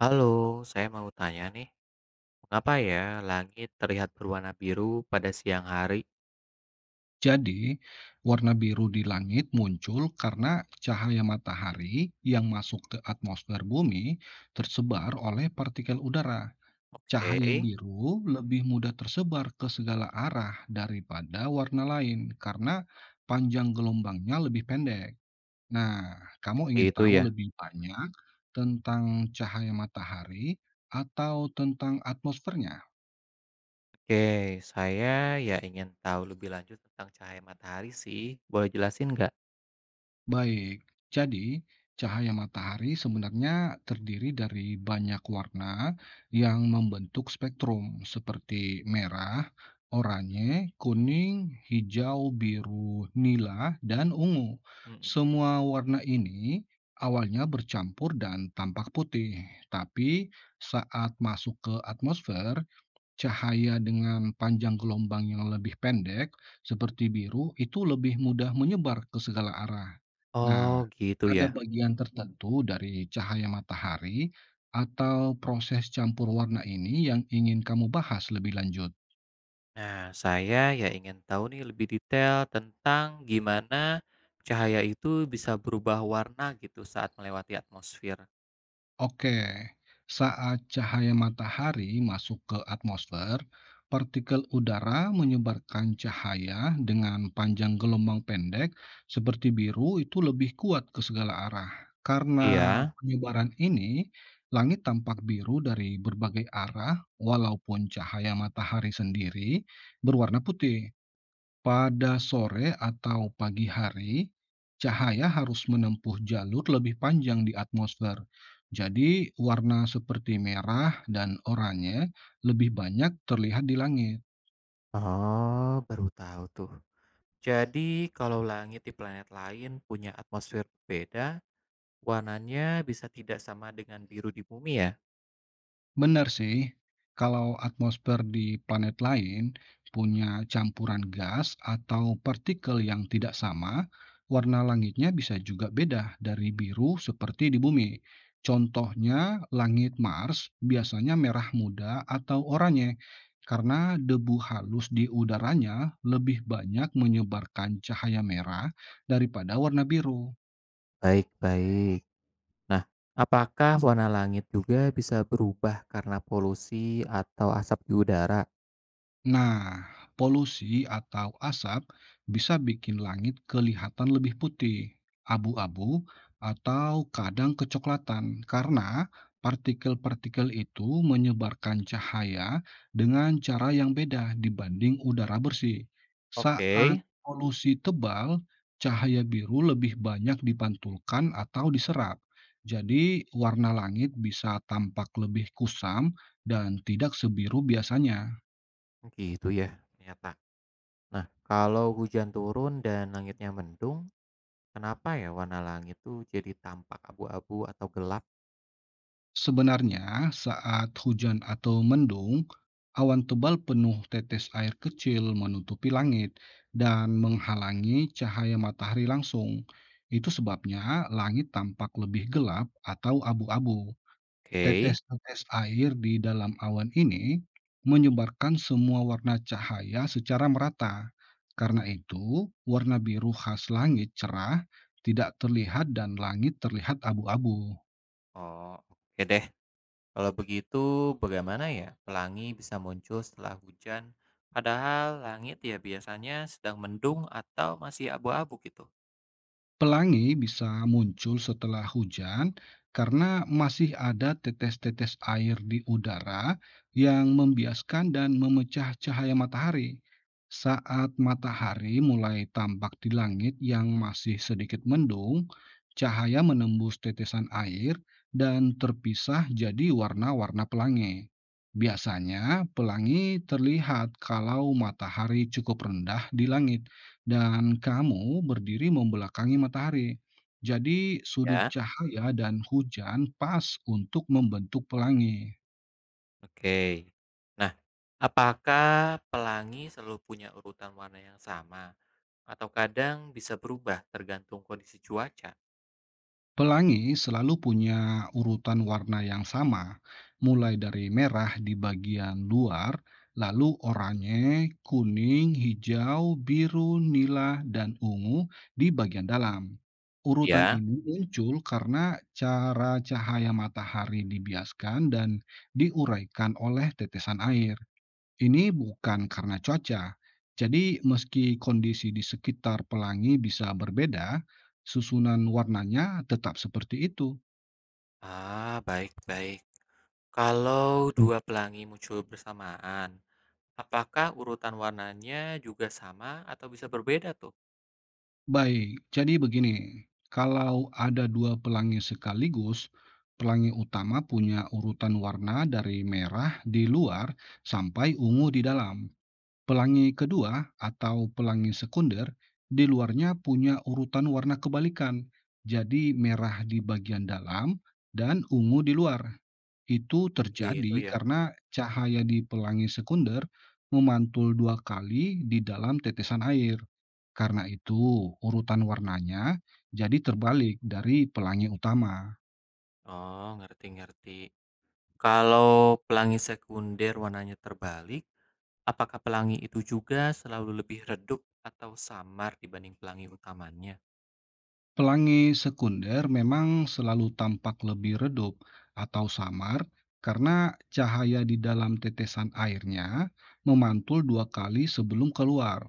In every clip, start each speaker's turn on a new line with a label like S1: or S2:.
S1: Halo, saya mau tanya nih, mengapa ya langit terlihat berwarna biru pada siang hari?
S2: Jadi, warna biru di langit muncul karena cahaya matahari yang masuk ke atmosfer bumi tersebar oleh partikel udara.
S1: Oke,
S2: Cahaya biru lebih mudah tersebar ke segala arah daripada warna lain karena panjang gelombangnya lebih pendek. Nah, kamu
S1: seperti
S2: ingin
S1: itu ya.
S2: tahu lebih banyak tentang cahaya matahari atau tentang atmosfernya?
S1: Oke, saya ya ingin tahu lebih lanjut tentang cahaya matahari sih. Boleh jelasin nggak?
S2: Baik, jadi cahaya matahari sebenarnya terdiri dari banyak warna yang membentuk spektrum seperti merah, oranye, kuning, hijau, biru, nila, dan ungu.
S1: Mm-mm.
S2: Semua warna ini awalnya bercampur dan tampak putih, tapi saat masuk ke atmosfer, cahaya dengan panjang gelombang yang lebih pendek, seperti biru, itu lebih mudah menyebar ke segala arah. Nah,
S1: Oh, gitu
S2: ada
S1: ya.
S2: bagian tertentu dari cahaya matahari atau proses campur warna ini yang ingin kamu bahas lebih lanjut.
S1: Nah, saya ya ingin tahu nih lebih detail tentang gimana cahaya itu bisa berubah warna gitu saat melewati atmosfer.
S2: Oke, saat cahaya matahari masuk ke atmosfer, partikel udara menyebarkan cahaya dengan panjang gelombang pendek seperti biru itu lebih kuat ke segala arah. Karena
S1: Iya.
S2: penyebaran ini, langit tampak biru dari berbagai arah, walaupun cahaya matahari sendiri berwarna putih. Pada sore atau pagi hari, cahaya harus menempuh jalur lebih panjang di atmosfer. Jadi, warna seperti merah dan oranye lebih banyak terlihat di langit.
S1: Oh, baru tahu tuh. Jadi, kalau langit di planet lain punya atmosfer berbeda, warnanya bisa tidak sama dengan biru di bumi ya?
S2: Benar sih, kalau atmosfer di planet lain punya campuran gas atau partikel yang tidak sama, warna langitnya bisa juga beda dari biru seperti di bumi. Contohnya, langit Mars biasanya merah muda atau oranye karena debu halus di udaranya lebih banyak menyebarkan cahaya merah daripada warna biru.
S1: Baik-baik. Nah, apakah warna langit juga bisa berubah karena polusi atau asap di udara?
S2: Nah, polusi atau asap bisa bikin langit kelihatan lebih putih, abu-abu, atau kadang kecoklatan karena partikel-partikel itu menyebarkan cahaya dengan cara yang beda dibanding udara bersih.
S1: Oke.
S2: Saat polusi tebal, cahaya biru lebih banyak dipantulkan atau diserap. Jadi, warna langit bisa tampak lebih kusam dan tidak sebiru biasanya.
S1: Gitu ya, ternyata. Nah, kalau hujan turun dan langitnya mendung, kenapa ya warna langit tuh jadi tampak abu-abu atau gelap?
S2: Sebenarnya, saat hujan atau mendung, awan tebal penuh tetes air kecil menutupi langit dan menghalangi cahaya matahari langsung. Itu sebabnya langit tampak lebih gelap atau abu-abu.
S1: Oke.
S2: Tetes-tetes air di dalam awan ini menyebarkan semua warna cahaya secara merata. Karena itu, warna biru khas langit cerah tidak terlihat dan langit terlihat abu-abu.
S1: Oh, oke deh. Kalau begitu, bagaimana ya pelangi bisa muncul setelah hujan, padahal langit ya biasanya sedang mendung atau masih abu-abu gitu?
S2: Pelangi bisa muncul setelah hujan karena masih ada tetes-tetes air di udara yang membiaskan dan memecah cahaya matahari. Saat matahari mulai tampak di langit yang masih sedikit mendung, cahaya menembus tetesan air dan terpisah jadi warna-warna pelangi. Biasanya, pelangi terlihat kalau matahari cukup rendah di langit. Dan kamu berdiri membelakangi matahari. Jadi sudut
S1: Ya,
S2: cahaya dan hujan pas untuk membentuk pelangi.
S1: oke. Nah, apakah pelangi selalu punya urutan warna yang sama atau kadang bisa berubah tergantung kondisi cuaca?
S2: Pelangi selalu punya urutan warna yang sama, mulai dari merah di bagian luar, lalu oranye, kuning, hijau, biru, nila, dan ungu di bagian dalam. Urutan
S1: Ya,
S2: ini muncul karena cara cahaya matahari dibiaskan dan diuraikan oleh tetesan air. Ini bukan karena cuaca. Jadi, meski kondisi di sekitar pelangi bisa berbeda, susunan warnanya tetap seperti itu.
S1: ah, baik-baik. Kalau dua pelangi muncul bersamaan, apakah urutan warnanya juga sama atau bisa berbeda tuh?
S2: Baik, jadi begini. Kalau ada dua pelangi sekaligus, pelangi utama punya urutan warna dari merah di luar sampai ungu di dalam. Pelangi kedua atau pelangi sekunder di luarnya punya urutan warna kebalikan. Jadi merah di bagian dalam dan ungu di luar. Itu
S1: Gitu
S2: terjadi
S1: ya.
S2: karena cahaya di pelangi sekunder memantul dua kali di dalam tetesan air. Karena itu, urutan warnanya jadi terbalik dari pelangi utama.
S1: Oh, ngerti ngerti. Kalau pelangi sekunder warnanya terbalik, apakah pelangi itu juga selalu lebih redup atau samar dibanding pelangi utamanya?
S2: Pelangi sekunder memang selalu tampak lebih redup atau samar karena cahaya di dalam tetesan airnya memantul dua kali sebelum keluar.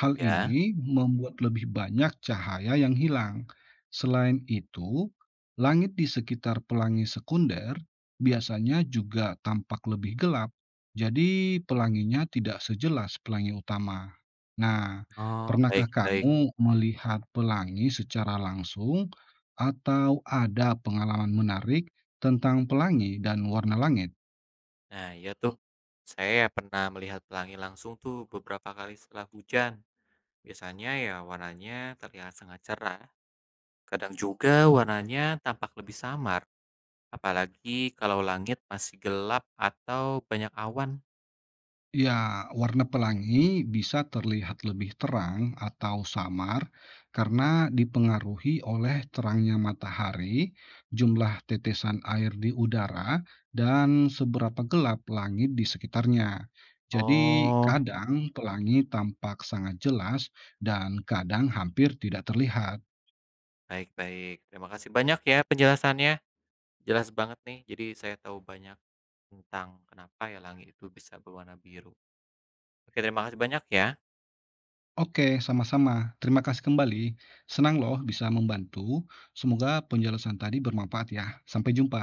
S2: Hal
S1: Ya,
S2: ini membuat lebih banyak cahaya yang hilang. Selain itu, langit di sekitar pelangi sekunder biasanya juga tampak lebih gelap, jadi pelanginya tidak sejelas pelangi utama. Nah,
S1: oh,
S2: Pernahkah
S1: baik-baik.
S2: kamu melihat pelangi secara langsung atau ada pengalaman menarik tentang pelangi dan warna langit?
S1: Nah, ya tuh, saya pernah melihat pelangi langsung tuh beberapa kali setelah hujan. Biasanya ya warnanya terlihat sangat cerah. Kadang juga warnanya tampak lebih samar, apalagi kalau langit masih gelap atau banyak awan.
S2: Ya, warna pelangi bisa terlihat lebih terang atau samar karena dipengaruhi oleh terangnya matahari, jumlah tetesan air di udara, dan seberapa gelap langit di sekitarnya. Jadi,
S1: Oh,
S2: kadang pelangi tampak sangat jelas dan kadang hampir tidak terlihat.
S1: baik baik. Terima kasih banyak ya penjelasannya, jelas banget nih. Jadi saya tahu banyak tentang kenapa ya langit itu bisa berwarna biru. Oke, terima kasih banyak ya.
S2: Oke, sama-sama. Terima kasih kembali. Senang loh bisa membantu. Semoga penjelasan tadi bermanfaat ya. Sampai jumpa.